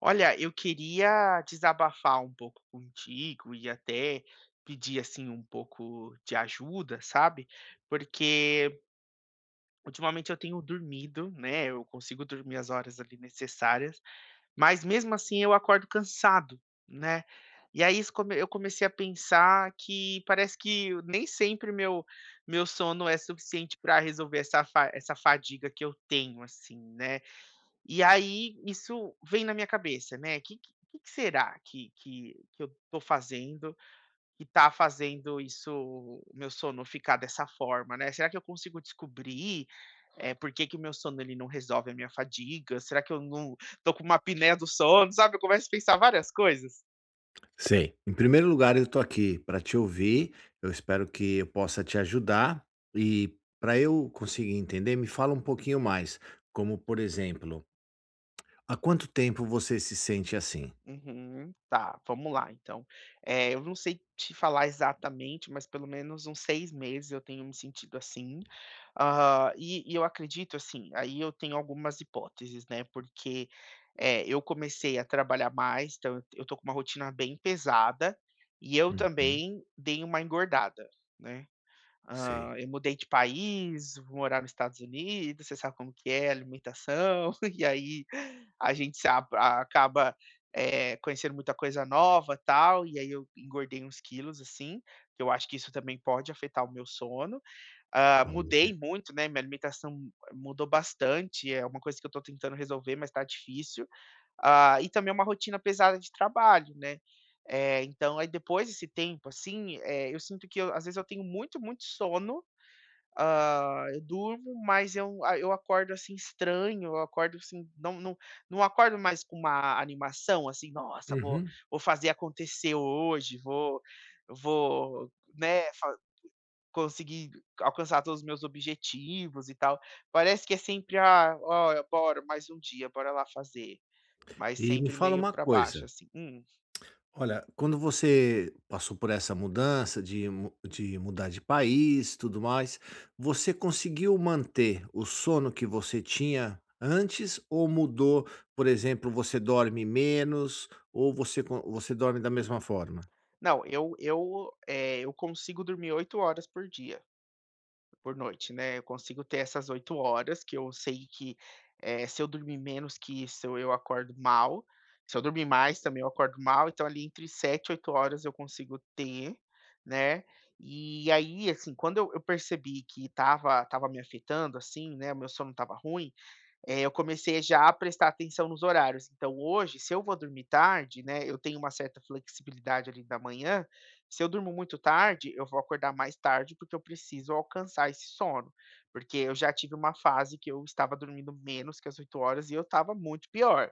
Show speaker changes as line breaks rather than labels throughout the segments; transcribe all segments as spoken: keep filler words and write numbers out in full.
Olha, eu queria desabafar um pouco contigo e até pedir assim um pouco de ajuda, sabe? Porque ultimamente eu tenho dormido, né? Eu consigo dormir as horas ali necessárias, mas mesmo assim eu acordo cansado, né? E aí isso come- eu comecei a pensar que parece que eu- nem sempre meu meu sono é suficiente para resolver essa fa- essa fadiga que eu tenho, assim, né? E aí isso vem na minha cabeça, né, o que que que que será que que que eu tô fazendo, que tá fazendo isso o meu sono ficar dessa forma, né. Será que eu consigo descobrir, eh, por que que o meu sono ele não resolve a minha fadiga? Será que eu não tô com uma apneia do sono, sabe, eu começo a pensar várias coisas.
Sei. Em primeiro lugar, eu tô aqui para te ouvir. Eu espero que eu possa te ajudar. E para eu conseguir entender, me fala um pouquinho mais. Como, por exemplo, há quanto tempo você se sente assim?
Uhum. Tá, vamos lá então. Eh, eu não sei te falar exatamente, mas pelo menos uns seis meses eu tenho me sentido assim. Ah, e e eu acredito, assim, aí eu tenho algumas hipóteses, né, porque, eh, eu comecei a trabalhar mais, então eu eu tô com uma rotina bem pesada, e eu
Uhum.
também dei uma engordada, né. Hã,
Sei.
eu mudei de país, vou morar nos Estados Unidos, você sabe como que é a alimentação, e aí a gente se ab a- acaba, eh, conhecendo muita coisa nova, tal, e aí eu engordei uns quilos, assim, que eu acho que isso também pode afetar o meu sono. Hã, mudei
Pode.
muito, né, minha alimentação mudou bastante, é uma coisa que eu tô tentando resolver, mas tá difícil. Ah, e também é uma rotina pesada de trabalho, né. Eh, então aí depois desse tempo, assim, eh, eu sinto que eu às vezes eu tenho muito, muito sono, ah, eu durmo, mas eu a eu acordo, assim, estranho, eu acordo, assim, não não não acordo mais com uma animação, assim: "Nossa, vou
Uhum.
vou fazer acontecer hoje, vou vou, né, fa conseguir alcançar todos os meus objetivos e tal". Parece que é sempre: "Ah, ó, bora, mais um dia, bora lá fazer", mas
E me
sempre
fala
meio
uma
para baixo,
coisa.
assim. Hum.
Olha, quando você passou por essa mudança de, mu- de mudar de país, tudo mais, você conseguiu manter o sono que você tinha antes ou mudou? Por exemplo, você dorme menos ou você, co- você dorme da mesma forma?
Não, eu eu, eh, eu consigo dormir oito horas por dia. Por noite, né, eu consigo ter essas oito horas que eu sei que, eh, se eu dormir menos que isso eu acordo mal, se eu dormir mais também eu acordo mal, então ali entre sete e oito horas eu consigo ter, né. E aí, assim, quando eu eu percebi que tava tava me afetando, assim, né, o meu sono tava ruim, eh, eu comecei já a prestar atenção nos horários. Então hoje, se eu vou dormir tarde, né, eu tenho uma certa flexibilidade ali da manhã, se eu durmo muito tarde, eu vou acordar mais tarde, porque eu preciso alcançar esse sono. Porque eu já tive uma fase que eu estava dormindo menos que as oito horas e eu estava muito pior.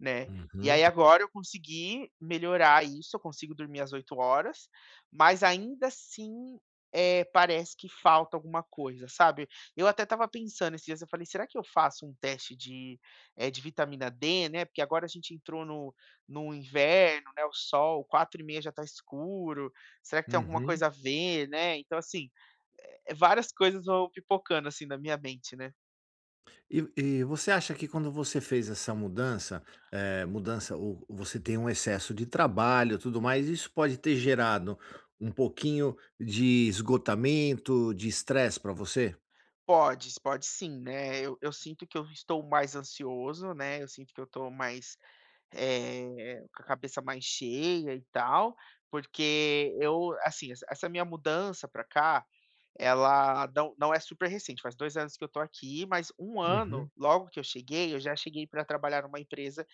Né. E aí
Uhum,
agora eu consegui melhorar isso, eu consigo dormir às oito horas, mas ainda assim, eh, parece que falta alguma coisa, sabe. Eu até estava pensando esses dias, eu falei: "Será que eu faço um teste de, eh, de vitamina dê, né?" Porque agora a gente entrou no no inverno, né, o sol, quatro e meia já está escuro, será que tem alguma
uhum.
coisa a ver, né. Então assim, eh, várias coisas vão pipocando assim na minha mente, né.
E e você acha que quando você fez essa mudança, eh, mudança ou você tem um excesso de trabalho, tudo mais, isso pode ter gerado um pouquinho de esgotamento, de estresse para você?
Pode, pode sim, né. Eu eu sinto que eu estou mais ansioso, né, eu sinto que eu estou mais, eh, com a cabeça mais cheia e tal, porque eu assim, essa essa minha mudança para cá, ela não não é super recente, faz dois anos que eu estou aqui, mas um ano,
Uhum,
logo que eu cheguei, eu já cheguei para trabalhar numa empresa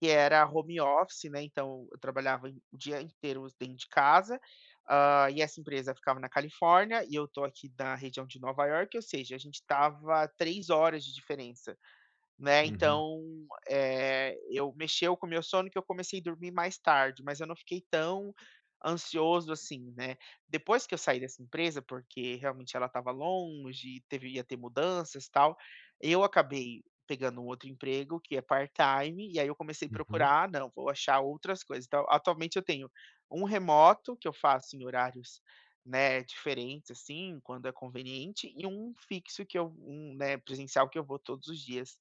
que era home office, né, então eu trabalhava em o dia inteiro dentro de casa, hã, e essa empresa ficava na Califórnia e eu estou aqui da região de Nova York, ou seja, a gente estava três horas de diferença. Né,
uhum,
então, eh, eu mexeu com o meu sono que eu comecei a dormir mais tarde, mas eu não fiquei tão ansioso assim, né. Depois que eu saí dessa empresa, porque realmente ela estava longe, teve ia ter mudanças, e tal, eu acabei pegando um outro emprego que é part-time, e aí eu comecei a
uhum.
procurar: "Ah, "Não, vou achar outras coisas". Então, atualmente eu tenho um remoto que eu faço em horários, né, diferentes, assim, quando é conveniente, e um fixo que eu um, né, presencial que eu vou todos os dias.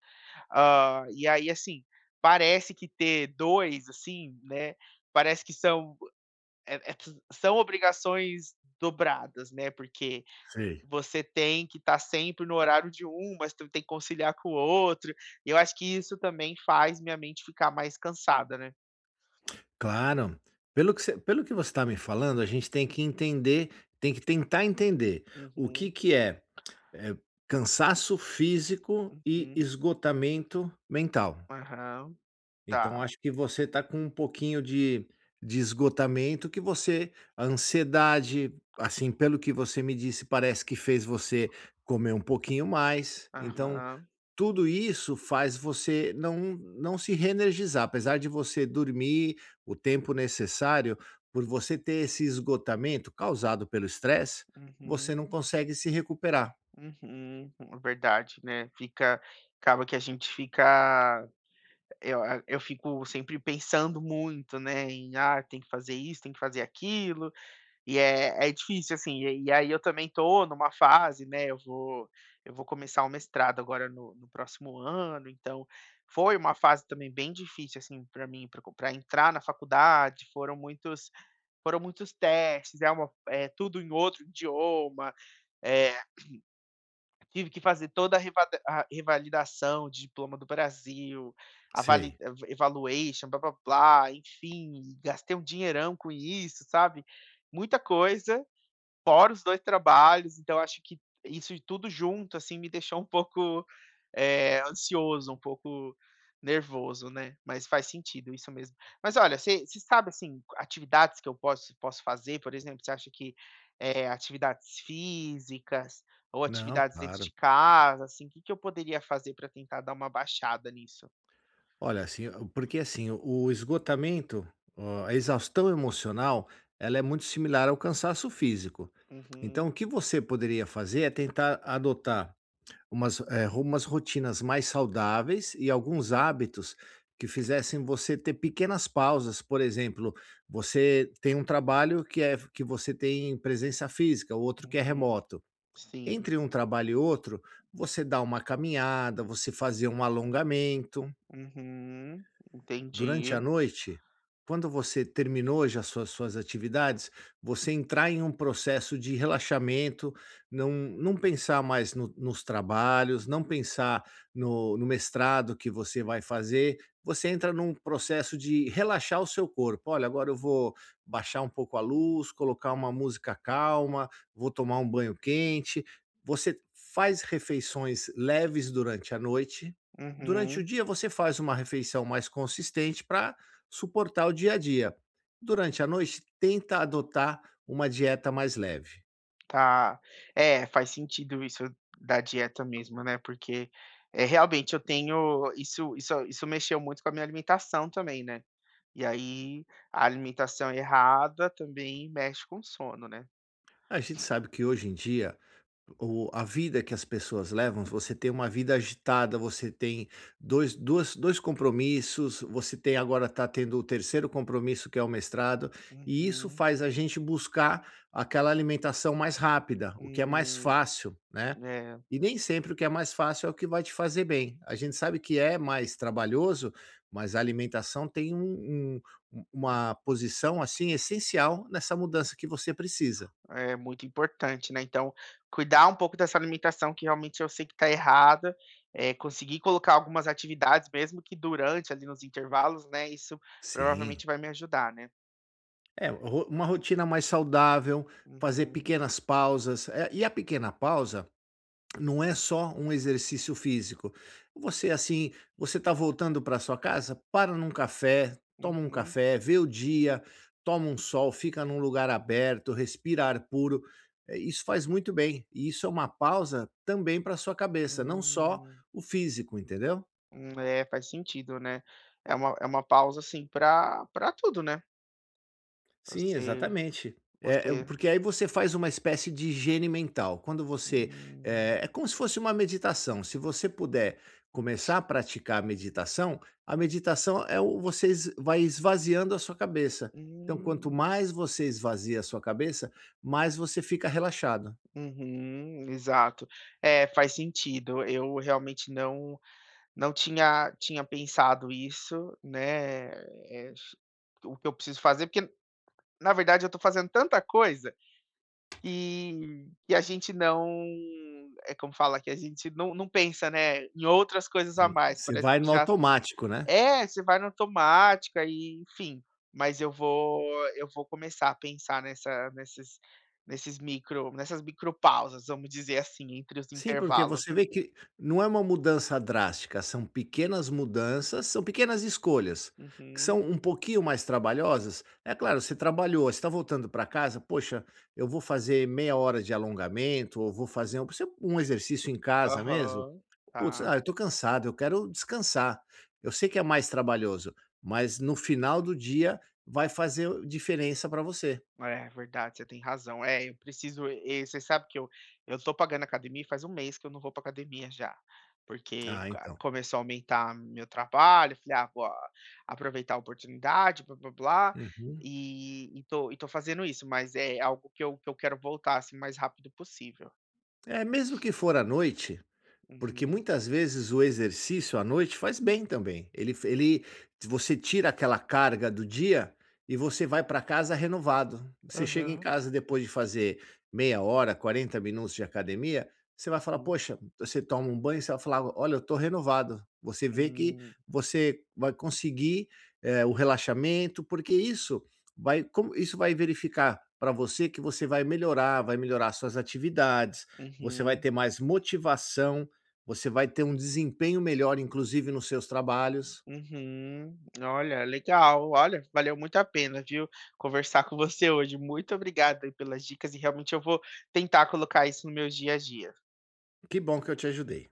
Ah, e aí, assim, parece que ter dois assim, né, parece que são é é são obrigações dobradas, né, porque
Sei.
você tem que estar sempre no horário de um, mas tu tem que conciliar com o outro, e eu acho que isso também faz minha mente ficar mais cansada, né.
Claro. Pelo que você pelo que você está me falando, a gente tem que entender, tem que tentar entender o que
Uhum.
que é, eh, cansaço físico e
Uhum.
esgotamento mental.
Aham.
Então
Tá.
acho que você está com um pouquinho de de esgotamento que você a ansiedade, assim, pelo que você me disse, parece que fez você comer um pouquinho mais, então
Aham.
tudo isso faz você não não se reenergizar, apesar de você dormir o tempo necessário, por você ter esse esgotamento causado pelo estresse, você
Uhum.
não consegue se recuperar.
Uhum, é verdade, né, fica acaba que a gente fica. Eu a eu fico sempre pensando muito, né, em: "Ah, tem que fazer isso, tem que fazer aquilo", e é é difícil, assim. E e aí eu também tô numa fase, né, eu vou eu vou começar o mestrado agora no no próximo ano, então foi uma fase também bem difícil, assim, para mim, para co entrar na faculdade, foram muitos foram muitos testes, é uma é tudo em outro idioma, eh tive que fazer toda a revada a revalidação de diploma do Brasil, a vali
Sei.
a evaluation, blá-blá-blá, enfim, gastei um dinheirão com isso, sabe. Muita coisa. Fora os dois trabalhos, então acho que isso tudo junto, assim, me deixou um pouco, eh, ansioso, um pouco nervoso, né, mas faz sentido, isso mesmo. Mas olha, você sabe, assim, atividades que eu posso posso fazer, por exemplo, você acha que, eh, atividades físicas ou
Não,
atividades dentro
claro.
de casa, assim, o que que eu poderia fazer para tentar dar uma baixada nisso?
Olha, assim, porque assim, o esgotamento, ó, a exaustão emocional, ela é muito similar ao cansaço físico. Então,
Uhum.
o que você poderia fazer é tentar adotar umas, eh, ro- umas rotinas mais saudáveis e alguns
Uhum.
hábitos que fizessem você ter pequenas pausas. Por exemplo, você tem um trabalho que é que você tem presença física, o outro que é
Uhum.
remoto.
Sim.
Entre um trabalho e outro, você dá uma caminhada, você fazer um alongamento.
Uhum,
Durante a
entendi.
noite, quando você terminou já suas suas atividades, você entrar em um processo de relaxamento, não não pensar mais no nos trabalhos, não pensar no no mestrado que você vai fazer, você entra num processo de relaxar o seu corpo. "Olha, agora eu vou baixar um pouco a luz, colocar uma música calma, vou tomar um banho quente". Você faz refeições leves durante a noite. Durante o
Uhum.
dia você faz uma refeição mais consistente para suportar o dia a dia. Durante a noite, tenta adotar uma dieta mais leve.
Tá. É, faz sentido isso da dieta mesmo, né, porque, é realmente eu tenho isso isso isso mexeu muito com a minha alimentação também, né. E aí, a alimentação errada também mexe com o sono, né.
A gente sabe que hoje em dia o- a vida que as pessoas levam, você tem uma vida agitada, você tem dois, duas, dois compromissos, você tem agora está tendo o terceiro compromisso que é o mestrado, e isso
Uhum.
faz a gente buscar aquela alimentação mais rápida, o que é mais
Hum.
fácil, né?
É,
E nem sempre o que é mais fácil é o que vai te fazer bem. A gente sabe que é mais trabalhoso, mas a alimentação tem um um uma posição, assim, essencial nessa mudança que você precisa.
é muito importante, né, então cuidar um pouco dessa alimentação que realmente eu sei que está errada, é conseguir colocar algumas atividades mesmo que durante ali nos intervalos, né, isso
Sim.
provavelmente vai me ajudar, né.
É, ro uma rotina mais saudável, fazer
Uhum.
pequenas pausas, eh, e a pequena pausa não é só um exercício físico. Você, assim, você está voltando para sua casa, para num café, toma um
Uhum.
café, vê o dia, toma um sol, fica num lugar aberto, respira ar puro. Eh, Isso faz muito bem. E isso é uma pausa também para sua cabeça, não só
Hum,
o físico, entendeu?
hum, é, faz sentido, né. É uma é uma pausa, assim, para para tudo, né.
Sim,
Você
exatamente. É, é,
você
porque aí você faz uma espécie de higiene mental. Quando você.
Hum,
É, é como se fosse uma meditação. Se você puder começar a praticar a meditação, a meditação é o você es- vai esvaziando a sua cabeça. Então, quanto
hum,
mais você esvazia a sua cabeça, mais você fica relaxado.
uhum, exato. É, faz sentido. Eu realmente não não tinha tinha pensado isso, né, eh, o que eu preciso fazer, porque na verdade eu tô fazendo tanta coisa que que a gente não é como fala? Que a gente não não pensa, né, em outras coisas a
Sim.
mais,
Você
parece
vai
que
no
já
automático, né?
É, você vai na automática e enfim, mas eu vou eu vou começar a pensar nessa nesses nesses micro nessas micropausas, vamos dizer assim, entre os
Sim, porque
intervalos,
você
né.
vê que não é uma mudança drástica, são pequenas mudanças, são pequenas escolhas, que são
Uhum.
um pouquinho mais trabalhosas. É claro, você trabalhou, você está voltando para casa, poxa, eu vou fazer meia hora de alongamento, ou vou fazer um, um exercício em casa mesmo.
Aham.
Putz,
Tá.
ah, eu estou cansado, eu quero descansar. Eu sei que é mais trabalhoso, mas no final do dia vai fazer diferença para você.
É verdade, você tem razão. É, eu preciso e você sabe que eu eu tô pagando academia e faz um mês que eu não vou pra academia já, porque
Ah,
ca
então.
começou a aumentar meu trabalho, falei: "Ah, vou a- aproveitar a oportunidade, blá-blá-blá",
Uhum.
e e tô e tô fazendo isso, mas é algo que eu que eu quero voltar, assim, o mais rápido possível.
É, mesmo que for à noite, porque
Uhum.
muitas vezes o exercício à noite faz bem também. Ele ele Você tira aquela carga do dia e você vai para casa renovado. Você chega em
Aham.
casa depois de fazer meia hora, quarenta minutos de academia, você vai falar:
Uhum.
"Poxa", você toma um banho, você vai falar: "Olha, eu tô renovado". Você vê que
Hum,
você vai conseguir, eh, o relaxamento, porque isso vai como isso vai verificar para você que você vai melhorar, vai melhorar suas atividades, você vai
uhum.
ter mais motivação. Você vai ter um desempenho melhor, inclusive nos seus trabalhos.
Uhum. Olha, legal. Olha, valeu muito a pena, viu, conversar com você hoje. Muito obrigado aí pelas dicas e realmente eu vou tentar colocar isso no meu dia a dia.
Que bom que eu te ajudei.